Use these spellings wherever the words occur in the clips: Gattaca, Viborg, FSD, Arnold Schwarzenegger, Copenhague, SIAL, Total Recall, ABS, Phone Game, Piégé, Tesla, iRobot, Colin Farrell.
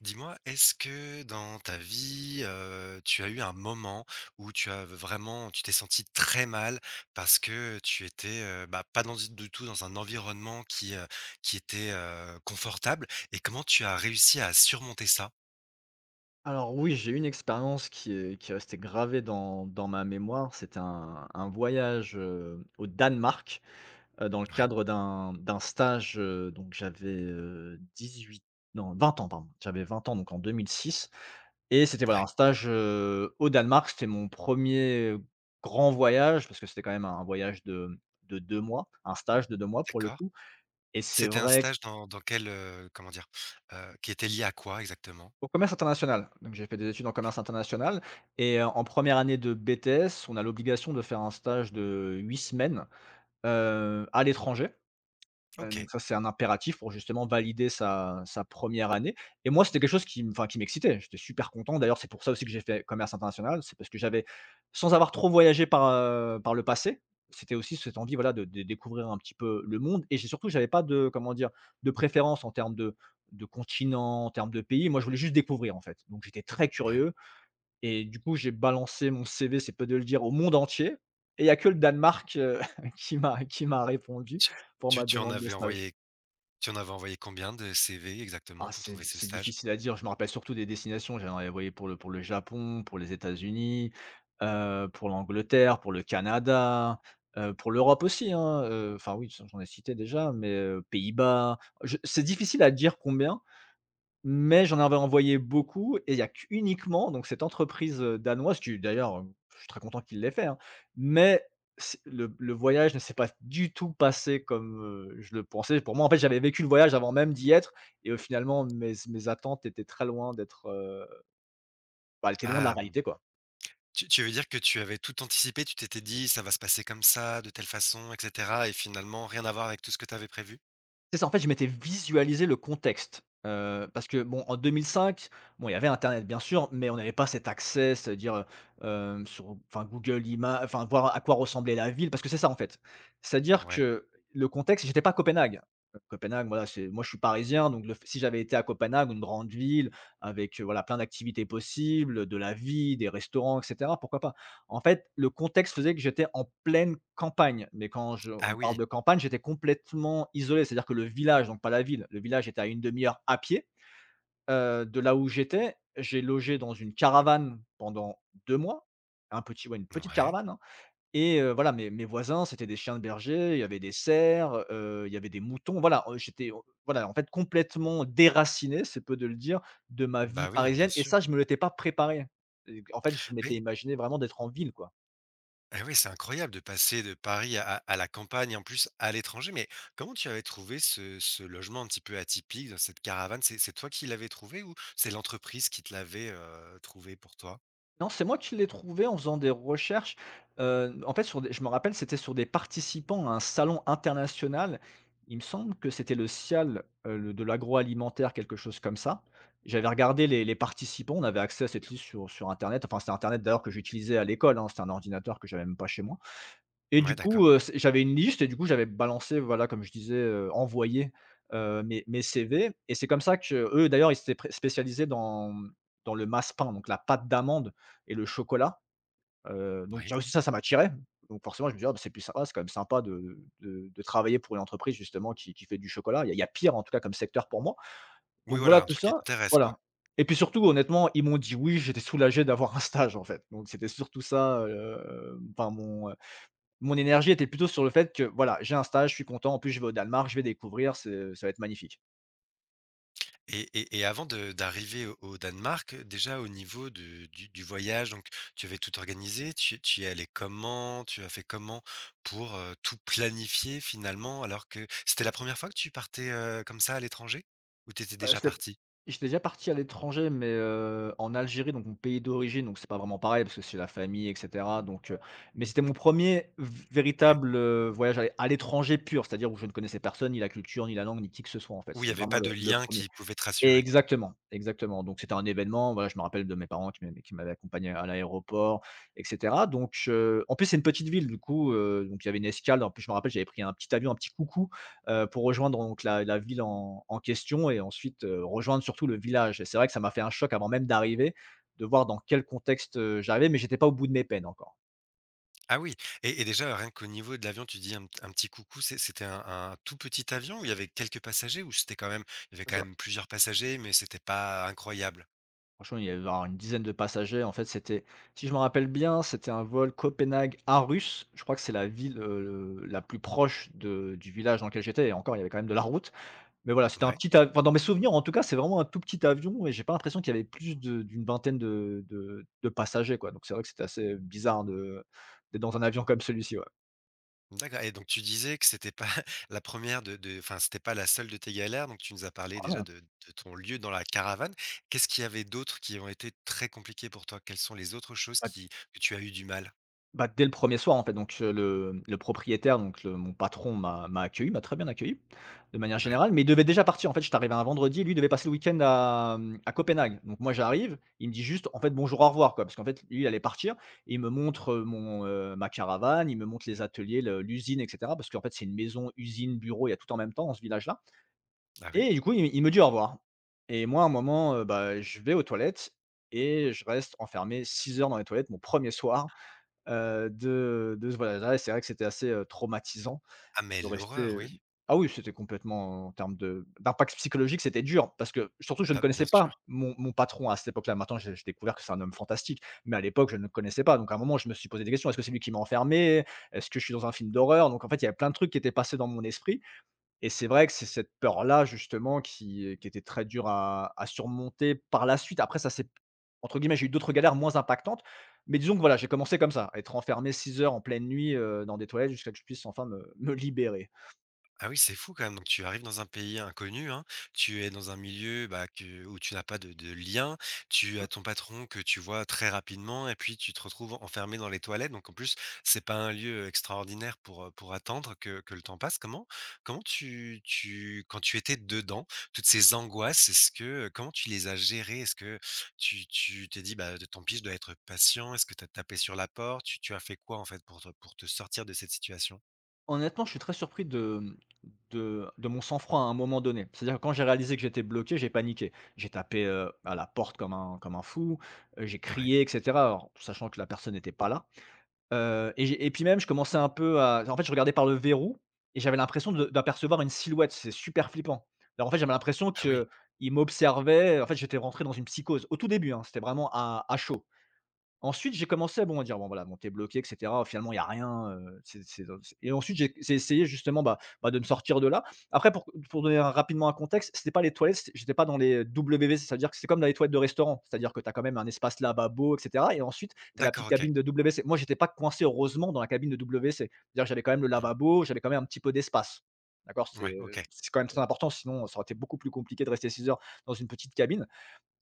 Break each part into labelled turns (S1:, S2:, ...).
S1: Dis-moi, est-ce que dans ta vie, tu as eu un moment où tu as vraiment tu t'es senti très mal parce que tu étais, pas dans du tout dans un environnement qui était, confortable et comment tu as réussi à surmonter ça?
S2: Alors oui, j'ai eu une expérience qui est restée gravée dans ma mémoire. C'était un voyage, au Danemark, dans le
S1: Ouais,
S2: cadre d'un stage, donc j'avais, 18 non 20 ans, pardon. J'avais 20 ans, donc en 2006 et c'était, voilà,
S1: ouais,
S2: un stage, au Danemark. C'était mon premier grand voyage parce que c'était quand même un voyage de 2 mois, un stage de 2 mois pour le
S1: d'accord.
S2: coup et c'est
S1: C'était un
S2: vrai.
S1: stage dans quel, comment dire? Qui était lié à quoi exactement?
S2: Au commerce international, donc j'ai fait des études en
S1: OK.
S2: commerce international et en première année de BTS, on a l'obligation de faire un stage de 8 semaines, à l'étranger. Donc
S1: OK,
S2: ça, c'est un impératif pour justement valider sa première année et moi, c'était quelque chose qui m'excitait. J'étais super content. D'ailleurs, c'est pour ça aussi que j'ai fait commerce international. C'est parce que j'avais, sans avoir trop voyagé par le passé, c'était aussi cette envie, voilà, de découvrir un petit peu le monde et j'avais pas de, comment dire? De préférence en termes de continent, en termes de pays. Moi, je voulais juste découvrir, en fait. Donc j'étais très
S1: ouais.
S2: curieux et du coup, j'ai balancé mon CV, c'est peu de le dire, au monde entier et il y a que le Danemark, qui m'a répondu
S1: Tu
S2: pour ma
S1: Tu en
S2: demande de
S1: avais
S2: stage.
S1: envoyé combien de CV exactement
S2: Ah,
S1: pour
S2: c'est
S1: trouver ce
S2: c'est
S1: stage?
S2: difficile à dire. Je me rappelle surtout des destinations. J'en avais voyé pour le Japon, pour les États-Unis, pour l'Angleterre, pour le Canada, pour l'Europe aussi, hein, enfin oui, j'en ai cité déjà, mais Pays-Bas. Je C'est difficile à dire combien, mais j'en avais envoyé beaucoup et il y a qu'uniquement donc cette entreprise, danoise qui, d'ailleurs, je suis très content qu'il l'ait fait, hein, mais c'est le voyage ne s'est pas du tout passé comme, je le pensais. Pour moi, en fait, j'avais vécu le voyage avant même d'y être et finalement mes attentes étaient très loin d'être, bah, elles étaient loin de la
S1: Ah!
S2: réalité, quoi.
S1: Tu veux dire que tu avais tout anticipé, tu t'étais dit: «Ça va se passer comme ça, de telle façon» et cetera et finalement rien à voir avec tout ce que tu avais prévu?
S2: C'est ça, en fait, je m'étais visualisé le contexte, parce que bon, en 2005, bon, il y avait internet bien sûr, mais on n'avait pas cet accès, c'est-à-dire, heu, sur enfin Google Ima enfin voir à quoi ressemblait la ville, parce que c'est ça en fait. C'est-à-dire
S1: Ouais.
S2: que le contexte, j'étais pas à Copenhague. Copenhague, voilà, c'est, moi je suis parisien, donc le f si j'avais été à Copenhague, une grande ville avec, voilà, plein d'activités possibles, de la vie, des restaurants et cetera, pourquoi pas? En fait, le contexte faisait que j'étais en pleine campagne, mais quand je
S1: Ah
S2: on parle
S1: oui,
S2: de campagne, j'étais complètement isolé. C'est-à-dire que le village, donc pas la ville, le village était à une demi heure à pied, de là où j'étais. J'ai logé dans une caravane pendant 2 mois, un petit ouais, une petite
S1: ouais.
S2: caravane, hein, et voilà, mes voisins, c'était des chiens de berger, il y avait des cerfs, il y avait des moutons. Voilà, j'étais au voilà, en fait, complètement déraciné, c'est peu de le dire, de ma
S1: Bah
S2: vie
S1: oui, hein, bien
S2: parisienne et
S1: sûr.
S2: ça, je me l'étais pas préparé et en fait, je m'étais
S1: Oui,
S2: imaginé vraiment d'être en ville, quoi.
S1: ah oui, c'est incroyable de passer de Paris à la campagne, en plus à l'étranger. Mais comment tu avais trouvé ce logement un petit peu atypique dans cette caravane? C'est toi qui l'avais trouvé ou c'est l'entreprise qui te l'avait, trouvé pour toi?
S2: Non, c'est moi qui l'ai trouvé en faisant des recherches. En fait, sur des je me rappelle, c'était sur des participants à un salon international. Il me semble que c'était le SIAL, le de l'agroalimentaire, quelque chose comme ça. J'avais regardé les participants, on avait accès à cette liste sur internet. Enfin, c'était internet d'ailleurs que j'utilisais à l'école, hein, c'était un ordinateur que j'avais même pas chez moi. Et
S1: Ouais,
S2: du
S1: d'accord.
S2: coup, c'est j'avais une liste et du coup, j'avais balancé, voilà, comme je disais, envoyé, mes CV et c'est comme ça que eux, d'ailleurs, ils s'étaient pré spécialisés dans, dans le masse pain, donc la pâte d'amande et le chocolat, donc
S1: Oui.
S2: tiens aussi ça, ça m'attirait. Donc forcément, je me disais: «Ah, bah, c'est plus sympa, c'est quand même sympa de travailler pour une entreprise justement qui fait du chocolat». Il y a pire, en tout cas, comme secteur pour moi.
S1: Oui,
S2: Donc voilà,
S1: voilà, un
S2: tout
S1: truc qui
S2: ça,
S1: t'intéresse, quoi.
S2: voilà, et puis surtout, honnêtement, ils m'ont dit oui, j'étais soulagé d'avoir un stage, en fait. Donc c'était surtout ça, mon énergie était plutôt sur le fait que, voilà, j'ai un stage, je suis content, en plus je vais au Danemark, je vais découvrir, c'est ça va être magnifique.
S1: Et avant de d'arriver au Danemark, déjà au niveau de du voyage, donc tu avais tout organisé, tu y es allé comment? Tu as fait comment pour, tout planifier finalement? Alors que c'était la première fois que tu partais, comme ça à l'étranger? Ou tu étais déjà
S2: C'est
S1: parti?
S2: J'étais déjà parti à l'étranger, mais, en Algérie, donc mon pays d'origine, donc c'est pas vraiment pareil parce que c'est la famille et cetera, donc, mais c'était mon premier v
S1: Ouais.
S2: véritable, voyage à l'étranger pur, c'est-à-dire où je ne connaissais personne, ni la culture, ni la langue, ni qui que ce soit, en fait.
S1: Où il y
S2: C'est
S1: avait
S2: vraiment
S1: pas
S2: le
S1: de
S2: le
S1: lien
S2: premier.
S1: qui pouvait te
S2: Et
S1: rassurer?
S2: exactement, exactement. Donc c'était un événement, voilà, je me rappelle de mes parents qui m'avaient accompagné à l'aéroport et cetera. Donc en plus, c'est une petite ville, du coup, donc il y avait une escale. En plus, je me rappelle, j'avais pris un petit avion, un petit coucou, pour rejoindre donc la ville en question et ensuite, rejoindre surtout le village et c'est vrai que ça m'a fait un choc avant même d'arriver, de voir dans quel contexte, j'arrivais, mais j'étais pas au bout de mes peines encore.
S1: Ah oui, déjà rien qu'au niveau de l'avion, tu dis un petit coucou, c'était un tout petit avion où il y avait quelques passagers? Ou c'était quand même plusieurs passagers mais c'était pas incroyable?
S2: Franchement, il y avait alors une dizaine de passagers. En fait, c'était si je me rappelle bien, c'était un vol Copenhague-Aarhus. Je crois que c'est la ville, la plus proche de du village dans lequel j'étais et encore, il y avait quand même de la route. Mais voilà, c'était un
S1: Ouais.
S2: petit av enfin, dans mes souvenirs, en tout cas, c'est vraiment un tout petit avion et j'ai pas l'impression qu'il y avait plus de d'une vingtaine de passagers, quoi. Donc c'est vrai que c'était assez bizarre de d'être dans un avion comme celui-ci, ouais.
S1: D'accord et donc tu disais que c'était pas la première de enfin, c'était pas la seule de tes galères, donc tu nous as parlé
S2: Ah
S1: déjà
S2: non!
S1: de ton lieu dans la caravane. Qu'est-ce qu'il y avait d'autres qui ont été très compliquées pour toi? Quelles sont les autres choses qui que tu as eu du mal?
S2: Bah, dès le premier soir, en fait, donc le propriétaire, donc le mon patron m'a accueilli, m'a très bien accueilli, de manière
S1: Ouais.
S2: générale, mais il devait déjà partir. En fait, j'étais arrivé un vendredi, lui, il devait passer le week-end à Copenhague. Donc moi, j'arrive, il me dit juste, en fait: «Bonjour, au revoir», quoi. Parce qu'en fait, lui, il allait partir et il me montre, ma caravane, il me montre les ateliers, le l'usine et cetera. Parce qu'en fait, c'est une maison, usine, bureau, il y a tout en même temps dans ce village-là
S1: Ah oui?
S2: et du coup, il me dit: «Au revoir». Et moi, à un moment, bah, je vais aux toilettes et je reste enfermé 6 heures dans les toilettes, mon premier soir. De Voilà, là, c'est vrai que c'était assez, traumatisant
S1: Ah mais
S2: de rester,
S1: l'horreur,
S2: heu.
S1: oui.
S2: Ah oui, c'était complètement, en termes de d'impact psychologique, c'était dur parce que surtout je ne
S1: Bah,
S2: connaissais
S1: bien sûr.
S2: pas mon patron à cette époque-là. Maintenant, j'ai découvert que c'est un homme fantastique, mais à l'époque, je ne le connaissais pas. Donc à un moment, je me suis posé des questions: «Est-ce que c'est lui qui m'a enfermé? Est-ce que je suis dans un film d'horreur?» Donc en fait, il y avait plein de trucs qui étaient passés dans mon esprit et c'est vrai que c'est cette peur-là justement qui était très dure à surmonter par la suite. Après ça c'est, entre guillemets, j'ai eu d'autres galères moins impactantes, mais disons que voilà, j'ai commencé comme ça, à être enfermé 6 heures en pleine nuit, dans des toilettes jusqu'à que je puisse enfin me libérer.
S1: Ah oui, c'est fou quand même. Donc tu arrives dans un pays inconnu, hein, tu es dans un milieu bah, que, où tu n'as pas de lien, tu as ton patron que tu vois très rapidement et puis tu te retrouves enfermé dans les toilettes. Donc en plus, c'est pas un lieu extraordinaire pour attendre que le temps passe. Comment quand tu étais dedans, toutes ces angoisses, comment tu les as gérées? Est-ce que tu t'es dit, bah, tant pis, je dois être patient? Est-ce que tu as tapé sur la porte? Tu as fait quoi en fait pour pour te sortir de cette situation?
S2: Honnêtement, je suis très surpris de, mmh, de mon sang-froid à un moment donné. C'est-à-dire que quand j'ai réalisé que j'étais bloqué, j'ai paniqué. J'ai tapé, à la porte comme un fou, j'ai
S1: Ouais.
S2: crié et cetera, alors sachant que la personne n'était pas là. Et puis même je commençais un peu à, en fait, je regardais par le verrou et j'avais l'impression de d'apercevoir une silhouette, c'est super flippant. Alors en fait, j'avais l'impression
S1: Ah oui.
S2: que il m'observait, en fait, j'étais rentré dans une psychose. Au tout début, hein, c'était vraiment à chaud. Ensuite, j'ai commencé, à dire: «Bon, voilà, bon, tu bloqué et cetera, oh, finalement, il y a rien, c'est». Et ensuite, j'ai essayé justement, bah, de me sortir de là. Après, pour donner rapidement un contexte, c'était pas les toilettes, c'é j'étais pas dans les WC, c'est-à-dire que c'est comme dans les toilettes de restaurant, c'est-à-dire que t'as quand même un espace lavabo et cetera et ensuite, t'as la
S1: D'accord,
S2: petite
S1: ok.
S2: cabine de WC. Moi, j'étais pas coincé, heureusement, dans la cabine de WC. C'est-à-dire que j'avais quand même le
S1: Mmh.
S2: lavabo, j'avais quand même un petit peu d'espace, d'accord?
S1: Ouais, OK.
S2: C'est quand même très important, sinon ça aurait été beaucoup plus compliqué de rester 6 heures dans une petite cabine.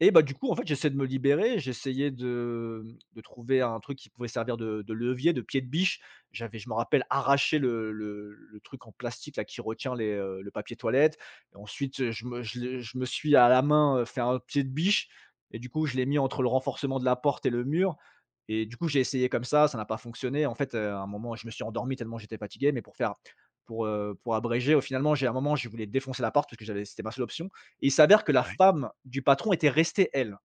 S2: Et bah, du coup, en fait, j'essayais de me libérer, j'essayais de trouver un truc qui pouvait servir de levier, de pied de biche. J'avais je me rappelle arraché le truc en plastique là qui retient les, le papier toilette et ensuite, je me suis à la main, fait un pied de biche et du coup, je l'ai mis entre le renforcement de la porte et le mur et du coup, j'ai essayé comme ça n'a pas fonctionné. En fait, à un moment, je me suis endormi tellement j'étais fatigué, mais pour faire pour abréger, au finalement, j'ai à un moment, je voulais défoncer la porte parce que j'avais c'était ma seule option et il s'avère que la
S1: Ouais.
S2: femme du patron était restée elle.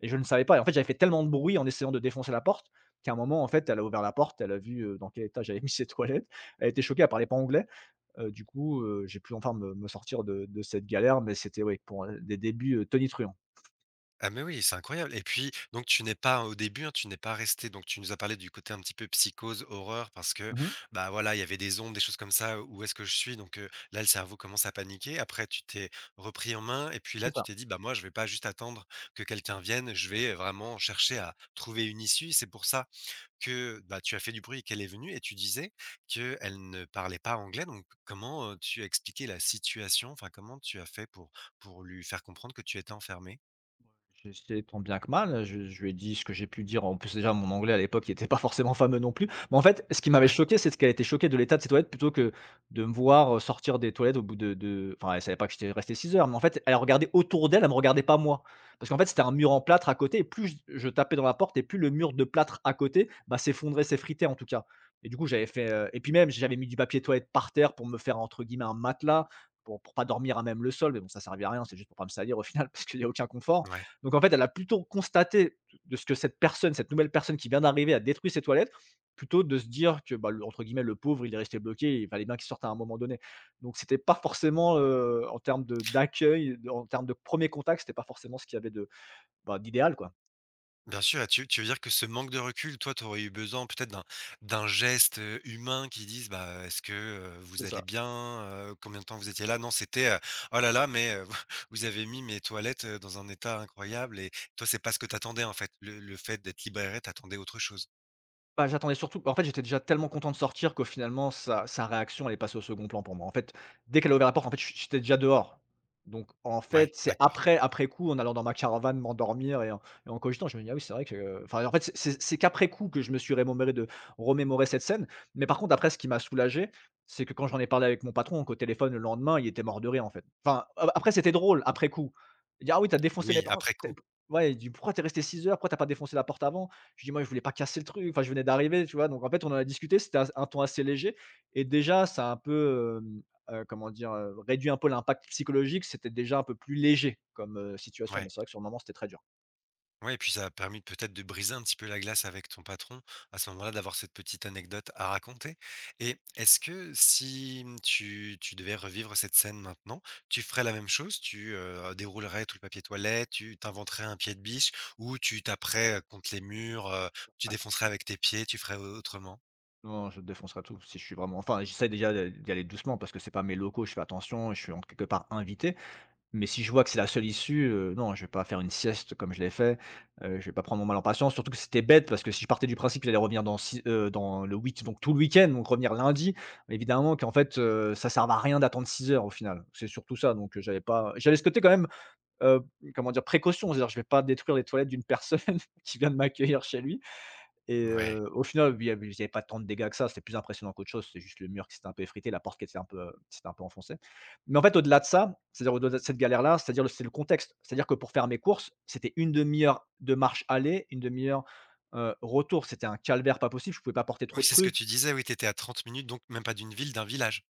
S2: Et je ne savais pas. Et en fait, j'avais fait tellement de bruit en essayant de défoncer la porte qu'à un moment, en fait, elle a ouvert la porte, elle a vu dans quel état j'avais mis ses toilettes. Elle était choquée, elle parlait pas anglais. Du coup, j'ai pu enfin me sortir de cette galère, mais c'était ouais, pour des débuts tonitruants.
S1: Ah mais oui, c'est incroyable et puis donc tu n'es pas au début, hein, tu n'es pas resté. Donc tu nous as parlé du côté un petit peu psychose, horreur parce que,
S2: Mmh.
S1: bah, voilà, il y avait des ombres, des choses comme ça. Où est-ce que je suis? Donc là, le cerveau commence à paniquer. Après, tu t'es repris en main et puis là,
S2: C'est
S1: tu
S2: ça.
S1: t'es dit: «Bah, moi, je vais pas juste attendre que quelqu'un vienne, je vais vraiment chercher à trouver une issue». C'est pour ça que, bah, tu as fait du bruit et qu'elle est venue et tu disais qu'elle ne parlait pas anglais, donc comment, tu as expliqué la situation? Enfin, comment tu as fait pour lui faire comprendre que tu étais enfermé.
S2: J'essaie tant bien que mal, je lui ai dit ce que j'ai pu dire. En plus, déjà, mon anglais à l'époque, il était pas forcément fameux non plus. Mais en fait, ce qui m'avait
S1: Ouais,
S2: choqué, c'est qu'elle était choquée de l'état de ses toilettes plutôt que de me voir, sortir des toilettes au bout de enfin, elle savait pas que j'étais resté 6 heures, mais en fait, elle regardait autour d'elle, elle me regardait pas moi. Parce qu'en fait, c'était un mur en plâtre à côté et plus je tapais dans la porte et plus le mur de plâtre à côté, bah, s'effondrait, s'effritait en tout cas. Et du coup, j'avais fait, et puis même, j'avais mis du papier toilette par terre pour me faire entre guillemets «un matelas», pour pas dormir à même le sol, mais bon, ça servait à rien, c'est juste pour pas me salir au final parce qu'il y a aucun confort.
S1: ouais.
S2: Donc en fait, elle a plutôt constaté de ce que cette personne, cette nouvelle personne qui vient d'arriver a détruit ses toilettes, plutôt de se dire que, bah, le, entre guillemets, le pauvre, il est resté bloqué, il fallait bien qu'il sorte à un moment donné. Donc c'était pas forcément, en termes de d'accueil, en termes de premier contact, c'était pas forcément ce qu'il y avait de, bah, d'idéal, quoi.
S1: Bien sûr, tu veux dire que ce manque de recul, toi, tu aurais eu besoin peut-être d'un geste, humain qui dise, bah, est-ce que, vous
S2: C'est
S1: allez
S2: ça.
S1: bien? Combien de temps vous étiez là? Non, c'était, «Oh là là, mais, vous avez mis mes toilettes, dans un état incroyable» et toi, c'est pas ce que t'attendais en fait. Le fait d'être libéré t'attendais autre chose?
S2: Bah, j'attendais surtout bah, en fait, j'étais déjà tellement content de sortir que finalement sa réaction, elle est passée au second plan pour moi. En fait, dès qu'elle a ouvert la porte, en fait, j'étais déjà dehors. Donc en
S1: Ouais,
S2: fait, c'est
S1: d'accord.
S2: après coup, en allant dans ma caravane m'endormir et en cogitant, je me dis: «Ah oui, c'est vrai que» enfin, en fait, c'est qu'après coup que je me suis remémoré cette scène. Mais par contre après, ce qui m'a soulagé, c'est que quand j'en ai parlé avec mon patron, qu'au téléphone le lendemain, il était mort de rire, en fait. Enfin, a après c'était drôle après coup. Il dit: «Ah oui, t'as défoncé mes
S1: Oui,
S2: parents,
S1: après
S2: tu
S1: coup,
S2: ouais», il dit: «Pourquoi t'es resté 6 heures? Pourquoi t'as pas défoncé la porte avant?» Je lui dis: «Moi, je voulais pas casser le truc, enfin, je venais d'arriver», tu vois? Donc en fait, on en a discuté, c'était as un ton assez léger et déjà, ça a un peu, comment dire? Réduit un peu l'impact psychologique. C'était déjà un peu plus léger comme, situation, mais
S1: ouais.
S2: c'est vrai que sur le moment, c'était très dur.
S1: Ouais et puis ça a permis peut-être de briser un petit peu la glace avec ton patron, à ce moment-là, d'avoir cette petite anecdote à raconter et est-ce que si, tu devais revivre cette scène maintenant, tu ferais la même chose? Tu, déroulerais tout le papier toilette, tu t'inventerais un pied de biche ou tu taperais, contre les murs, tu
S2: Ouais.
S1: défoncerais avec tes pieds, tu ferais autrement?
S2: Non, je défoncerai tout si je suis vraiment enfin, j'essaie déjà d'y aller doucement parce que c'est pas mes locaux, je fais attention, je suis en quelque part invité. Mais si je vois que c'est la seule issue, non, je vais pas faire une sieste comme je l'ai fait, je vais pas prendre mon mal en patience, surtout que c'était bête parce que si je partais du principe qu'il allait revenir dans si dans le week donc tout le week-end, donc revenir lundi, évidemment qu'en fait, ça servait à rien d'attendre 6 heures au final. C'est surtout ça donc j'avais pas j'avais ce côté quand même, heu, comment dire? Précaution, c'est-à-dire je vais pas détruire les toilettes d'une personne qui vient de m'accueillir chez lui. Et
S1: Ouais.
S2: au final, il y avait pas tant de dégâts que ça, c'était plus impressionnant qu'autre chose, c'est juste le mur qui s'était un peu effrité, la porte qui était un peu, qui s'était un peu enfoncée. Mais en fait, au-delà de ça, c'est-à-dire au-delà de cette galère-là, c'est-à-dire le c'est le contexte. C'est-à-dire que pour faire mes courses, c'était une demi heure de marche aller, une demi heure, retour. C'était un calvaire pas possible, je pouvais pas porter trop
S1: Oui,
S2: de
S1: c'est ce que tu
S2: trucs.
S1: disais, oui, tu étais à 30 minutes donc même pas d'une ville, d'un village.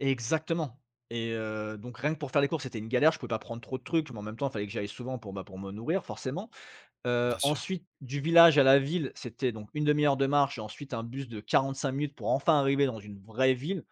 S2: Exactement. Et donc rien que pour faire les courses, c'était une galère, je pouvais pas prendre trop de trucs, mais en même temps, il fallait que j'aille souvent pour, bah, pour me nourrir forcément.
S1: Bien sûr.
S2: Ensuite du village à la ville, c'était donc une demi heure de marche et ensuite un bus de 45 minutes pour enfin arriver dans une vraie ville,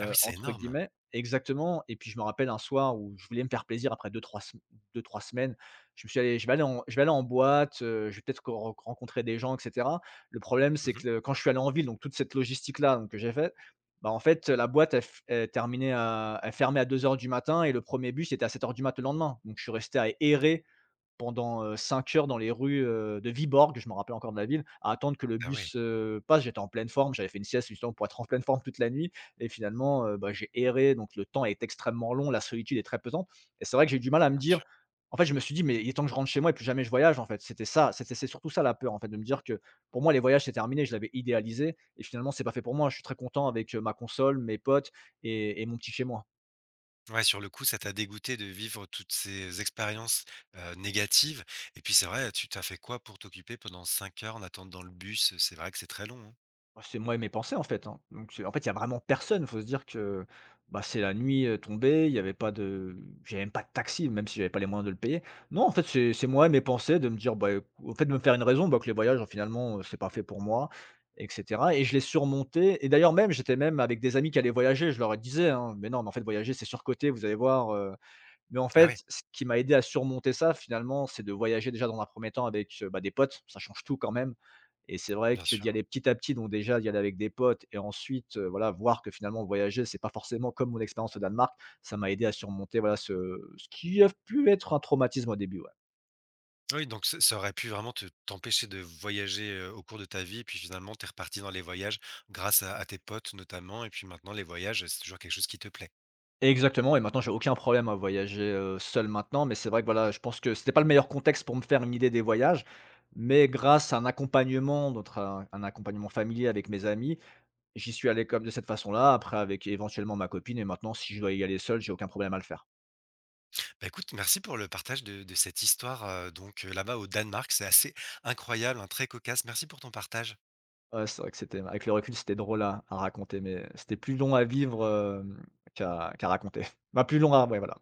S1: Ah oui, c'est
S2: entre
S1: énorme.
S2: guillemets. Exactement et puis je me rappelle un soir où je voulais me faire plaisir après deux trois sem 2-3 semaines, je me suis allé je vais aller en je vais aller en boîte, je vais peut-être rencontrer des gens et cetera». Le problème, c'est
S1: Mmh.
S2: que le quand je suis allé en ville, donc toute cette logistique-là donc que j'ai faite, bah, en fait, la boîte elle f elle terminait à elle fermait à 2 heures du matin et le premier bus était à 7 heures du mat le lendemain. Donc je suis resté à errer pendant, 5 heures dans les rues, de Viborg, je me rappelle encore de la ville, à attendre que le
S1: Ah ouais,
S2: bus, passe. J'étais en pleine forme, j'avais fait une sieste justement pour être en pleine forme toute la nuit et finalement, bah, j'ai erré, donc le temps est extrêmement long, la solitude est très pesante et c'est vrai que j'ai eu du mal à me
S1: bien
S2: dire
S1: sûr.
S2: en fait, je me suis dit: «Mais il est temps que je rentre chez moi et plus jamais je voyage», en fait. C'était ça, c'était c'est surtout ça la peur, en fait, de me dire que pour moi les voyages c'est terminé, je l'avais idéalisé et finalement c'est pas fait pour moi. Je suis très content avec, ma console, mes potes et mon petit chez moi.
S1: Ouais, sur le coup, ça t'a dégoûté de vivre toutes ces expériences, négatives et puis c'est vrai, tu t'as fait quoi pour t'occuper pendant 5 heures en attendant dans le bus? C'est vrai que c'est très long, hein.
S2: Bah, c'est moi et mes pensées, en fait, hein. Donc c'est en fait, il y a vraiment personne. Faut se dire que, bah, c'est la nuit, tombée, il y avait pas de j'avais même pas de taxi, même si j'avais pas les moyens de le payer. Non, en fait, c'est moi et mes pensées de me dire, bah, éc au fait, de me faire une raison, bah, que les voyages, finalement, c'est pas fait pour moi et cetera et je l'ai surmonté et d'ailleurs même, j'étais même avec des amis qui allaient voyager, je leur disais, hein: «Mais non, mais en fait, voyager, c'est surcoté, vous allez voir, mais en
S1: Ah
S2: fait,
S1: ouais,
S2: ce qui m'a aidé à surmonter ça finalement, c'est de voyager déjà dans un premier temps avec, bah, des potes, ça change tout quand même et c'est vrai
S1: bien
S2: que
S1: sûr.
S2: d'y aller petit à petit, donc déjà d'y aller avec des potes et ensuite, voilà, voir que finalement voyager, c'est pas forcément comme mon expérience au Danemark, ça m'a aidé à surmonter, voilà, ce qui a pu être un traumatisme au début, ouais.
S1: Oui, donc ça aurait pu vraiment te t'empêcher de voyager, au cours de ta vie, puis finalement t'es reparti dans les voyages grâce à tes potes notamment et puis maintenant les voyages, c'est toujours quelque chose qui te plaît.
S2: Exactement et maintenant j'ai aucun problème à voyager, seul maintenant, mais c'est vrai que, voilà, je pense que c'était pas le meilleur contexte pour me faire une idée des voyages, mais grâce à un accompagnement, notre un accompagnement familier avec mes amis, j'y suis allé comme de cette façon-là, après avec éventuellement ma copine et maintenant si je dois y aller seul, j'ai aucun problème à le faire.
S1: Bah, écoute, merci pour le partage de cette histoire, là-bas au Danemark, c'est assez incroyable, hein, très cocasse. Merci pour ton partage.
S2: Ouais, c'est vrai que c'était avec le recul, c'était drôle à raconter, mais c'était plus long à vivre, hem, qu'à raconter. Bah, plus long à ouais, voilà.